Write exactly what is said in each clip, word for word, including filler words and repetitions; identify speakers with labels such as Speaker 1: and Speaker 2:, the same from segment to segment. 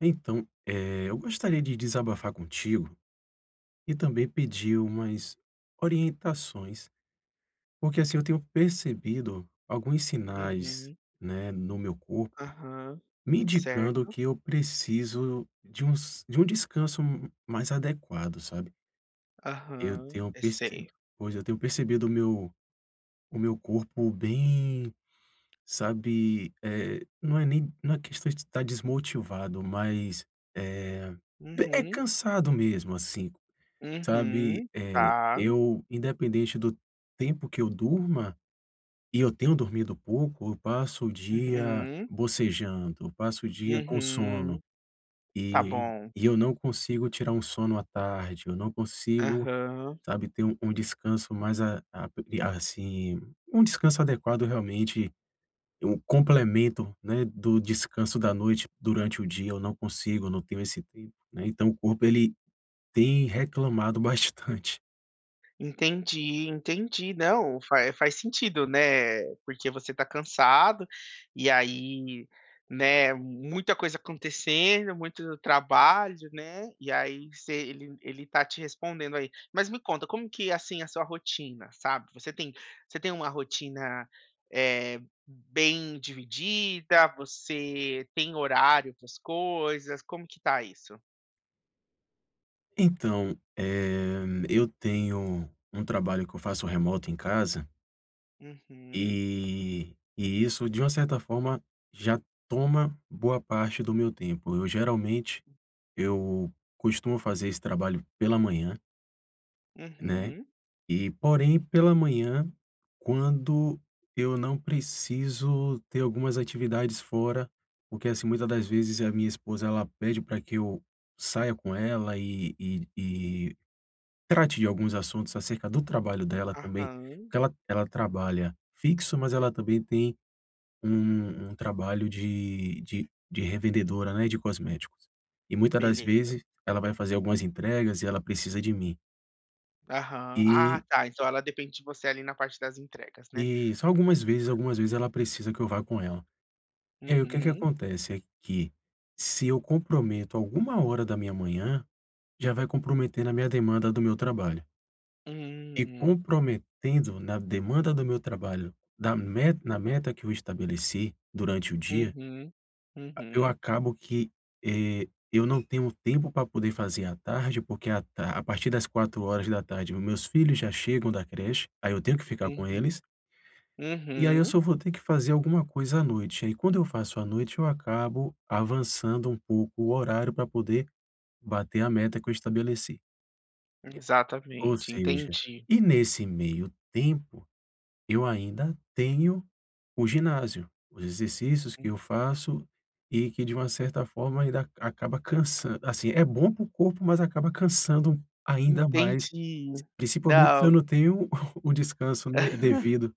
Speaker 1: Então, eh, eu gostaria de desabafar contigo e também pedir umas orientações, porque assim eu tenho percebido alguns sinais,
Speaker 2: Uhum.
Speaker 1: né, no meu corpo,
Speaker 2: Aham.
Speaker 1: me indicando
Speaker 2: Certo.
Speaker 1: que eu preciso de uns de um descanso m mais adequado, sabe. Eu
Speaker 2: Aham.
Speaker 1: tenho
Speaker 2: Eu
Speaker 1: perce
Speaker 2: sei.
Speaker 1: pois eu tenho percebido o meu o meu corpo bem, sabe, eh, não é nem não é questão de estar desmotivado, mas, eh, é
Speaker 2: Uhum.
Speaker 1: cansado mesmo, assim. Sabe,
Speaker 2: Uhum.
Speaker 1: eh,
Speaker 2: Tá.
Speaker 1: eu, independente do tempo que eu durma, e eu tenho dormido pouco, eu passo o dia
Speaker 2: Uhum.
Speaker 1: bocejando, eu passo o dia com
Speaker 2: Uhum.
Speaker 1: sono,
Speaker 2: Tá
Speaker 1: e
Speaker 2: bom.
Speaker 1: e eu não consigo tirar um sono à tarde, eu não consigo,
Speaker 2: Aham.
Speaker 1: sabe, ter um um descanso mais a a assim, um descanso adequado realmente, um complemento, né, do descanso da noite durante o dia, eu não consigo, eu não tenho esse tempo, né, então o corpo ele tem reclamado bastante.
Speaker 2: Entendi, entendi. Não, faz faz sentido, né, porque você tá cansado, e aí, né, muita coisa acontecendo, muito trabalho, né, e aí você ele ele tá te respondendo aí. Mas me conta, como que é, assim, a sua rotina, sabe? Você tem você tem uma rotina, eh, bem dividida? Você tem horário para as coisas? Como que tá isso?
Speaker 1: Então, eh, eu tenho um trabalho que eu faço remoto em casa,
Speaker 2: Uhum,
Speaker 1: e e isso, de uma certa forma, já toma boa parte do meu tempo. Eu geralmente, eu costumo fazer esse trabalho pela manhã, né,
Speaker 2: uhum,
Speaker 1: e porém pela manhã, quando eu não preciso ter algumas atividades fora, porque, assim, muitas das vezes a minha esposa, ela pede para que eu saia com ela e e e Trate de alguns assuntos acerca do trabalho dela também,
Speaker 2: aham,
Speaker 1: porque ela ela trabalha fixo, mas ela também tem um um trabalho de de de revendedora, né, de cosméticos. E muitas das
Speaker 2: beleza.
Speaker 1: vezes ela vai fazer algumas entregas e ela precisa de mim.
Speaker 2: Aham. Ah,
Speaker 1: E
Speaker 2: tá, então ela depende de você ali na parte das entregas, né.
Speaker 1: e só algumas vezes algumas vezes ela precisa que eu vá com ela. E aí o que que
Speaker 2: Uhum.
Speaker 1: acontece, é que se eu comprometo alguma hora da minha manhã, já vai comprometer na minha demanda do meu trabalho. E
Speaker 2: Hum.
Speaker 1: comprometendo na demanda do meu trabalho, da me na meta que eu estabeleci durante o dia,
Speaker 2: Uhum.
Speaker 1: eu
Speaker 2: Uhum.
Speaker 1: acabo que, eh, eu não tenho tempo para poder fazer à tarde, porque a ta a partir das quatro horas da tarde meus filhos já chegam da creche, aí eu tenho que ficar com
Speaker 2: Uhum.
Speaker 1: eles, e aí eu
Speaker 2: Uhum.
Speaker 1: só vou ter que fazer alguma coisa à noite. Aí quando eu faço à noite, eu acabo avançando um pouco o horário para poder bater a meta que eu estabeleci. Ou
Speaker 2: Exatamente,
Speaker 1: seja,
Speaker 2: entendi.
Speaker 1: e nesse meio tempo eu ainda tenho o ginásio, os exercícios que eu faço e que, de uma certa forma, ainda acaba cansando assim, é bom para o corpo, mas acaba cansando ainda mais,
Speaker 2: Entendi.
Speaker 1: principalmente se eu
Speaker 2: Não.
Speaker 1: não tenho o descanso, né, devido.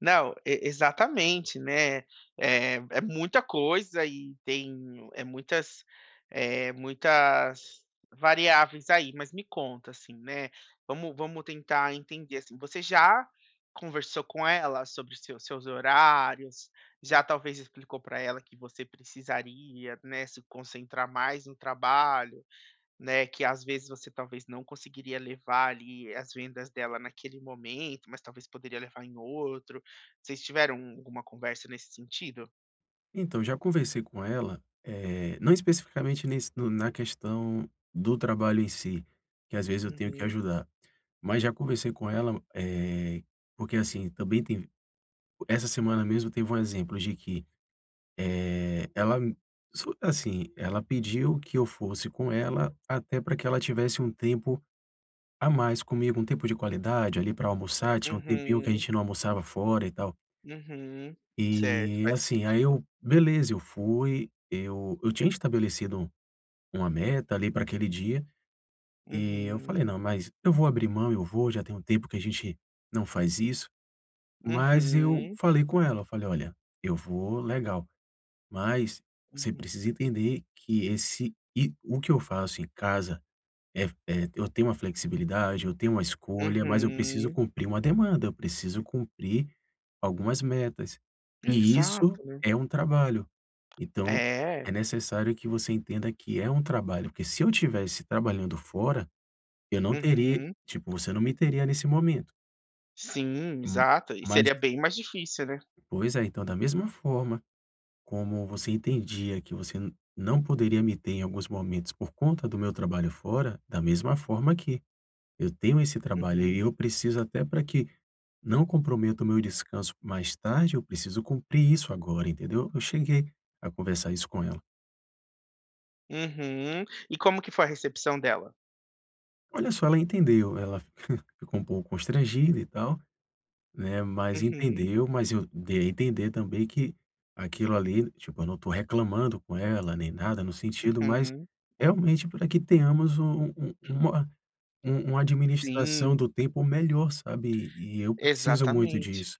Speaker 2: Não, e exatamente, né, eh, é muita coisa e tem é muitas, eh, muitas variáveis aí, mas me conta, assim, né, vamos vamos tentar entender, assim, você já conversou com ela sobre os seus seus horários? Já talvez explicou para ela que você precisaria, né, se concentrar mais no trabalho? Né, que às vezes você talvez não conseguiria levar ali as vendas dela naquele momento, mas talvez poderia levar em outro. Vocês tiveram alguma conversa nesse sentido?
Speaker 1: Então, já conversei com ela, eh, não especificamente nesse no na questão do trabalho em si, que às vezes eu tenho que
Speaker 2: Uhum,
Speaker 1: ajudar, mas já conversei com ela, eh, porque, assim, também tem essa semana mesmo, teve um exemplo de que é, ela, so assim, ela pediu que eu fosse com ela, até para que ela tivesse um tempo a mais comigo, um tempo de qualidade ali para almoçar, tinha um tempinho que a
Speaker 2: uhum,
Speaker 1: gente não almoçava fora e tal.
Speaker 2: uhum. Certo,
Speaker 1: E,
Speaker 2: faz
Speaker 1: assim, aí
Speaker 2: sentido.
Speaker 1: eu, beleza, eu fui, eu eu tinha estabelecido uma meta ali para aquele dia, e eu falei:
Speaker 2: Uhum,
Speaker 1: "Não, mas eu vou abrir mão, eu vou, já tem um tempo que a gente não faz isso", mas eu
Speaker 2: uhum,
Speaker 1: falei com ela, eu falei: "Olha, eu vou, legal. Mas você
Speaker 2: uhum,
Speaker 1: precisa entender que esse e o que eu faço em casa é é eu tenho uma flexibilidade, eu tenho uma escolha, mas eu preciso
Speaker 2: uhum.
Speaker 1: cumprir uma demanda, eu preciso cumprir algumas metas. E isso
Speaker 2: Exato, né?
Speaker 1: é um trabalho. Então, é
Speaker 2: É,
Speaker 1: necessário que você entenda que é um trabalho, porque se eu tivesse trabalhando fora, eu não teria,
Speaker 2: uhum.
Speaker 1: tipo, você não me teria nesse momento.
Speaker 2: Sim,
Speaker 1: Hum,
Speaker 2: exato. E
Speaker 1: mas
Speaker 2: seria bem mais difícil, né?
Speaker 1: pois é, então da mesma forma como você entendia que você n não poderia me ter em alguns momentos por conta do meu trabalho fora, da mesma forma que eu tenho esse trabalho e
Speaker 2: Uhum,
Speaker 1: eu preciso, até para que não comprometa o meu descanso mais tarde, eu preciso cumprir isso agora, entendeu?" Eu cheguei a conversar isso com ela.
Speaker 2: uhum. E como que foi a recepção dela?
Speaker 1: Olha só, ela entendeu, ela ficou um pouco constrangida e tal. Né, mas
Speaker 2: Uhum,
Speaker 1: entendeu, mas eu dei a entender também que aquilo ali, tipo, eu não tô reclamando com ela nem nada no sentido, mas
Speaker 2: uhum.
Speaker 1: realmente para que tenhamos um um um, uma um uma administração
Speaker 2: Sim.
Speaker 1: do tempo melhor, sabe, e eu preciso muito
Speaker 2: Exatamente.
Speaker 1: disso.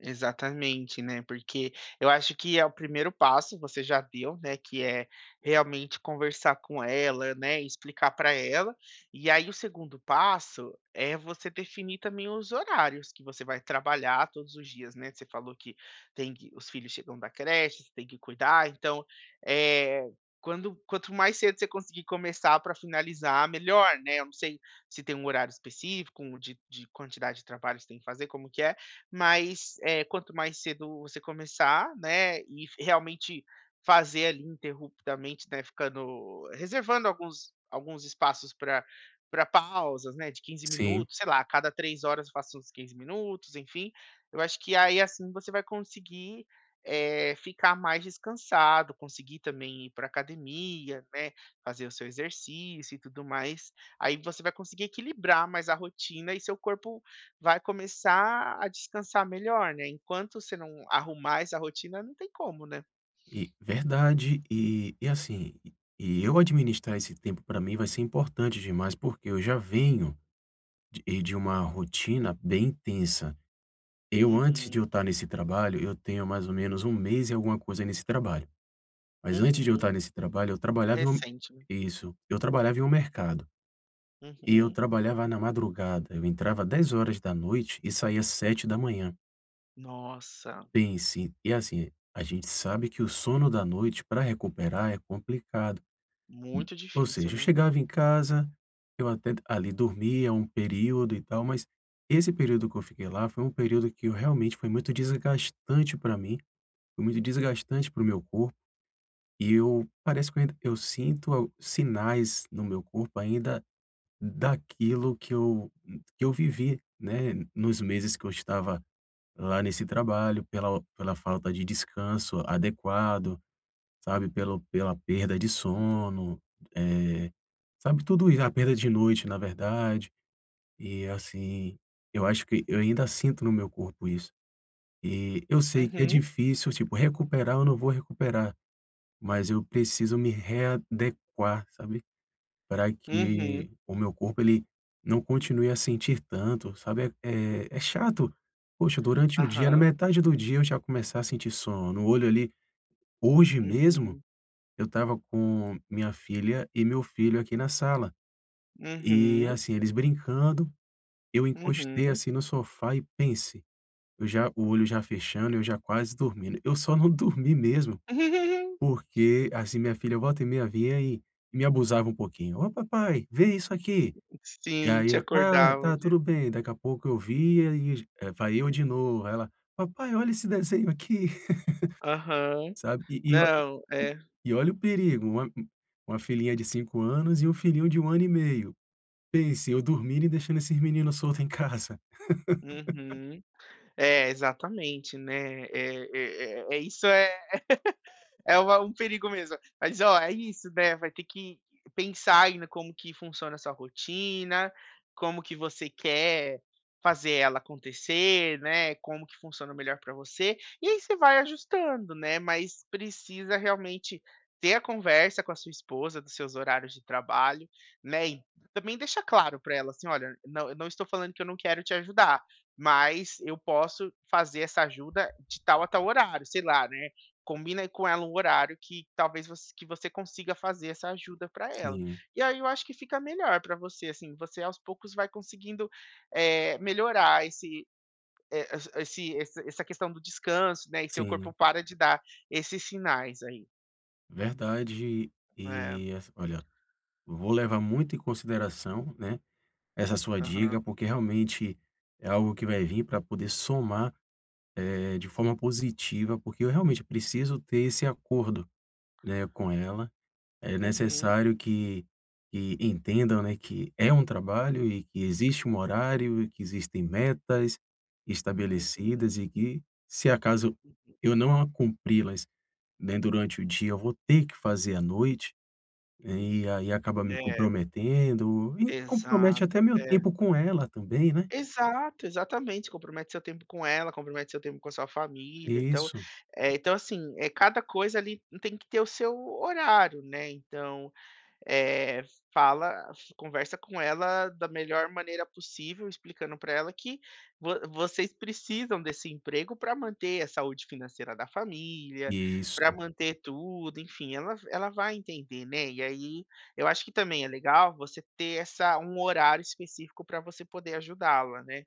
Speaker 2: Exatamente, né, porque eu acho que é o primeiro passo, você já deu, né, que é realmente conversar com ela, né, explicar para ela. E aí o segundo passo é você definir também os horários que você vai trabalhar todos os dias, né. Você falou que tem que os filhos chegam da creche, você tem que cuidar, então, eh, quando quanto mais cedo você conseguir começar para finalizar, melhor, né. Eu não sei se tem um horário específico, um de de quantidade de trabalho que você tem que fazer, como que é? Mas, eh, quanto mais cedo você começar, né, e realmente fazer ali ininterruptamente, né, ficando reservando alguns alguns espaços para para pausas, né, de quinze
Speaker 1: Sim,
Speaker 2: minutos, sei lá, a cada três horas eu faço uns quinze minutos, enfim. Eu acho que aí, assim, você vai conseguir, eh, ficar mais descansado, conseguir também ir para academia, né, fazer o seu exercício e tudo mais. Aí você vai conseguir equilibrar mais a rotina e seu corpo vai começar a descansar melhor, né, enquanto você não arrumar essa rotina não tem como, né.
Speaker 1: e verdade, e e assim, e e eu administrar esse tempo para mim vai ser importante demais, porque eu já venho de de uma rotina bem intensa. Eu, antes de eu
Speaker 2: Uhum,
Speaker 1: estar nesse trabalho, eu tenho mais ou menos um mês e alguma coisa nesse trabalho. Mas antes de eu
Speaker 2: uhum.
Speaker 1: estar nesse trabalho, eu trabalhava em um
Speaker 2: Recente, né.
Speaker 1: isso, eu trabalhava em um mercado, e eu
Speaker 2: Uhum.
Speaker 1: trabalhava na madrugada, eu entrava dez horas da noite e saía sete horas.
Speaker 2: Nossa,
Speaker 1: Pense, e assim, a gente sabe que o sono da noite para recuperar é complicado,
Speaker 2: muito
Speaker 1: ou
Speaker 2: difícil,
Speaker 1: seja, eu
Speaker 2: né.
Speaker 1: chegava em casa, eu até ali dormia um período e tal, mas esse período que eu fiquei lá foi um período que eu realmente, foi muito desgastante para mim, foi muito desgastante para o meu corpo e eu parece que eu ainda eu sinto al sinais no meu corpo ainda daquilo que eu que eu vivi, né, nos meses que eu estava lá nesse trabalho, pela pela falta de descanso adequado, sabe, pelo pela perda de sono, eh, sabe, tudo isso, a perda de noite, na verdade. E, assim, eu acho que eu ainda sinto no meu corpo isso. E eu sei que é
Speaker 2: Uhum,
Speaker 1: difícil, tipo, recuperar, eu não vou recuperar. Mas eu preciso me readequar, sabe, para
Speaker 2: uhum.
Speaker 1: que o meu corpo ele não continue a sentir tanto, sabe, é é é chato. Poxa, durante o dia, na
Speaker 2: Aham.
Speaker 1: metade do dia eu já começar a sentir sono, o olho ali. Hoje mesmo,
Speaker 2: Uhum,
Speaker 1: eu estava com minha filha e meu filho aqui na sala, e
Speaker 2: uhum,
Speaker 1: assim, eles brincando, eu encostei
Speaker 2: uhum.
Speaker 1: assim no sofá e, pense, eu já, o olho já fechando, eu já quase dormindo, eu só não dormi mesmo. Porque, assim, minha filha volta e meia vinha e me abusava um pouquinho: "Ô papai, vê isso aqui". E
Speaker 2: Sim,
Speaker 1: aí
Speaker 2: te
Speaker 1: eu: "Tá,
Speaker 2: acordava,
Speaker 1: tá,
Speaker 2: né.
Speaker 1: tudo bem". Daqui a pouco eu via e j eh, vai eu de novo. Aí ela: "Papai, olha esse desenho aqui",
Speaker 2: Aham.
Speaker 1: sabe. E e olha
Speaker 2: Não, é.
Speaker 1: e olha o perigo, uma uma filhinha de cinco anos e um filhinho de um ano e meio. Pense, eu dormindo e deixando esses meninos solto em casa.
Speaker 2: Uhum. É, exatamente, né. É é é é isso é É uma um perigo mesmo. Mas ó, é isso, né, vai ter que pensar ainda como que funciona a sua rotina, como que você quer fazer ela acontecer, né, como que funciona melhor para você, e aí você vai ajustando, né, mas precisa realmente ter a conversa com a sua esposa dos seus horários de trabalho, né, e também deixar claro para ela, assim: "Olha, não eu não estou falando que eu não quero te ajudar, mas eu posso fazer essa ajuda de tal a tal horário", sei lá, né, combina aí com ela um horário que talvez você que você consiga fazer essa ajuda para ela.
Speaker 1: Sim,
Speaker 2: E aí eu acho que fica melhor para você, assim, você aos poucos vai conseguindo, eh, melhorar esse, eh, es esse essa essa questão do descanso, né, e seu corpo
Speaker 1: sim,
Speaker 2: para de dar esses sinais aí.
Speaker 1: verdade.
Speaker 2: É,
Speaker 1: E, ass olha, vou levar muito em consideração, né, essa sua
Speaker 2: aham.
Speaker 1: dica, porque realmente é algo que vai vir para poder somar, eh, de forma positiva, porque eu realmente preciso ter esse acordo, né, com ela. É
Speaker 2: Uhum,
Speaker 1: necessário que que entendam, né, que é um trabalho e que existe um horário e que existem metas
Speaker 2: uhum.
Speaker 1: estabelecidas e que, se acaso eu não a cumpri-las, né, durante o dia, eu vou ter que fazer à noite, né, e aí acaba me
Speaker 2: É,
Speaker 1: comprometendo e compromete
Speaker 2: exato.
Speaker 1: até meu
Speaker 2: É.
Speaker 1: tempo com ela também, né?
Speaker 2: Exato, exatamente, compromete seu tempo com ela, compromete seu tempo com a sua família, então,
Speaker 1: Isso,
Speaker 2: eh, então assim, é cada coisa ali tem que ter o seu horário, né, então, eh, fala conversa com ela da melhor maneira possível, explicando para ela que vo vocês precisam desse emprego para manter a saúde financeira da família, para
Speaker 1: isso.
Speaker 2: manter tudo, enfim, ela ela vai entender, né. E aí, eu acho que também é legal você ter essa um horário específico para você poder ajudá-la, né.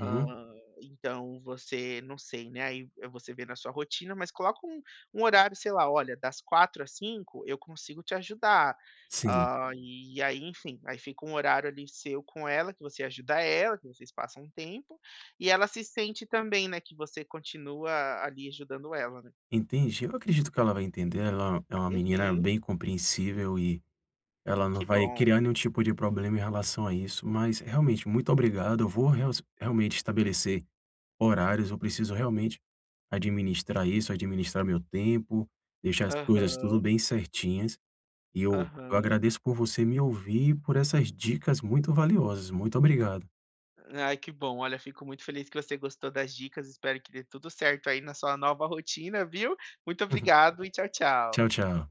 Speaker 2: Hã, então você não sei, né, aí é você vê na sua rotina, mas coloca um um horário, sei lá, "Olha, das quatro às cinco eu consigo te ajudar".
Speaker 1: Sim,
Speaker 2: Hã, e aí, enfim, aí fica um horário ali seu com ela, que você ajuda ela, que vocês passam um tempo, e ela se sente também, né, que você continua ali ajudando ela, né.
Speaker 1: entendi. Eu acredito que ela vai entender, ela é uma menina
Speaker 2: Uhum.
Speaker 1: bem compreensível e ela não
Speaker 2: Que
Speaker 1: vai
Speaker 2: bom.
Speaker 1: criar nenhum tipo de problema em relação a isso, mas realmente, muito obrigado. Eu vou reals realmente estabelecer horários, eu preciso realmente administrar isso, administrar meu tempo, deixar as coisas tudo
Speaker 2: Aham,
Speaker 1: bem certinhas e eu eu
Speaker 2: aham.
Speaker 1: agradeço por você me ouvir e por essas dicas muito valiosas. Muito obrigado.
Speaker 2: Ai, que bom. Olha, fico muito feliz que você gostou das dicas. Espero que dê tudo certo aí na sua nova rotina, viu? Muito obrigado e tchau, tchau.
Speaker 1: Tchau, tchau.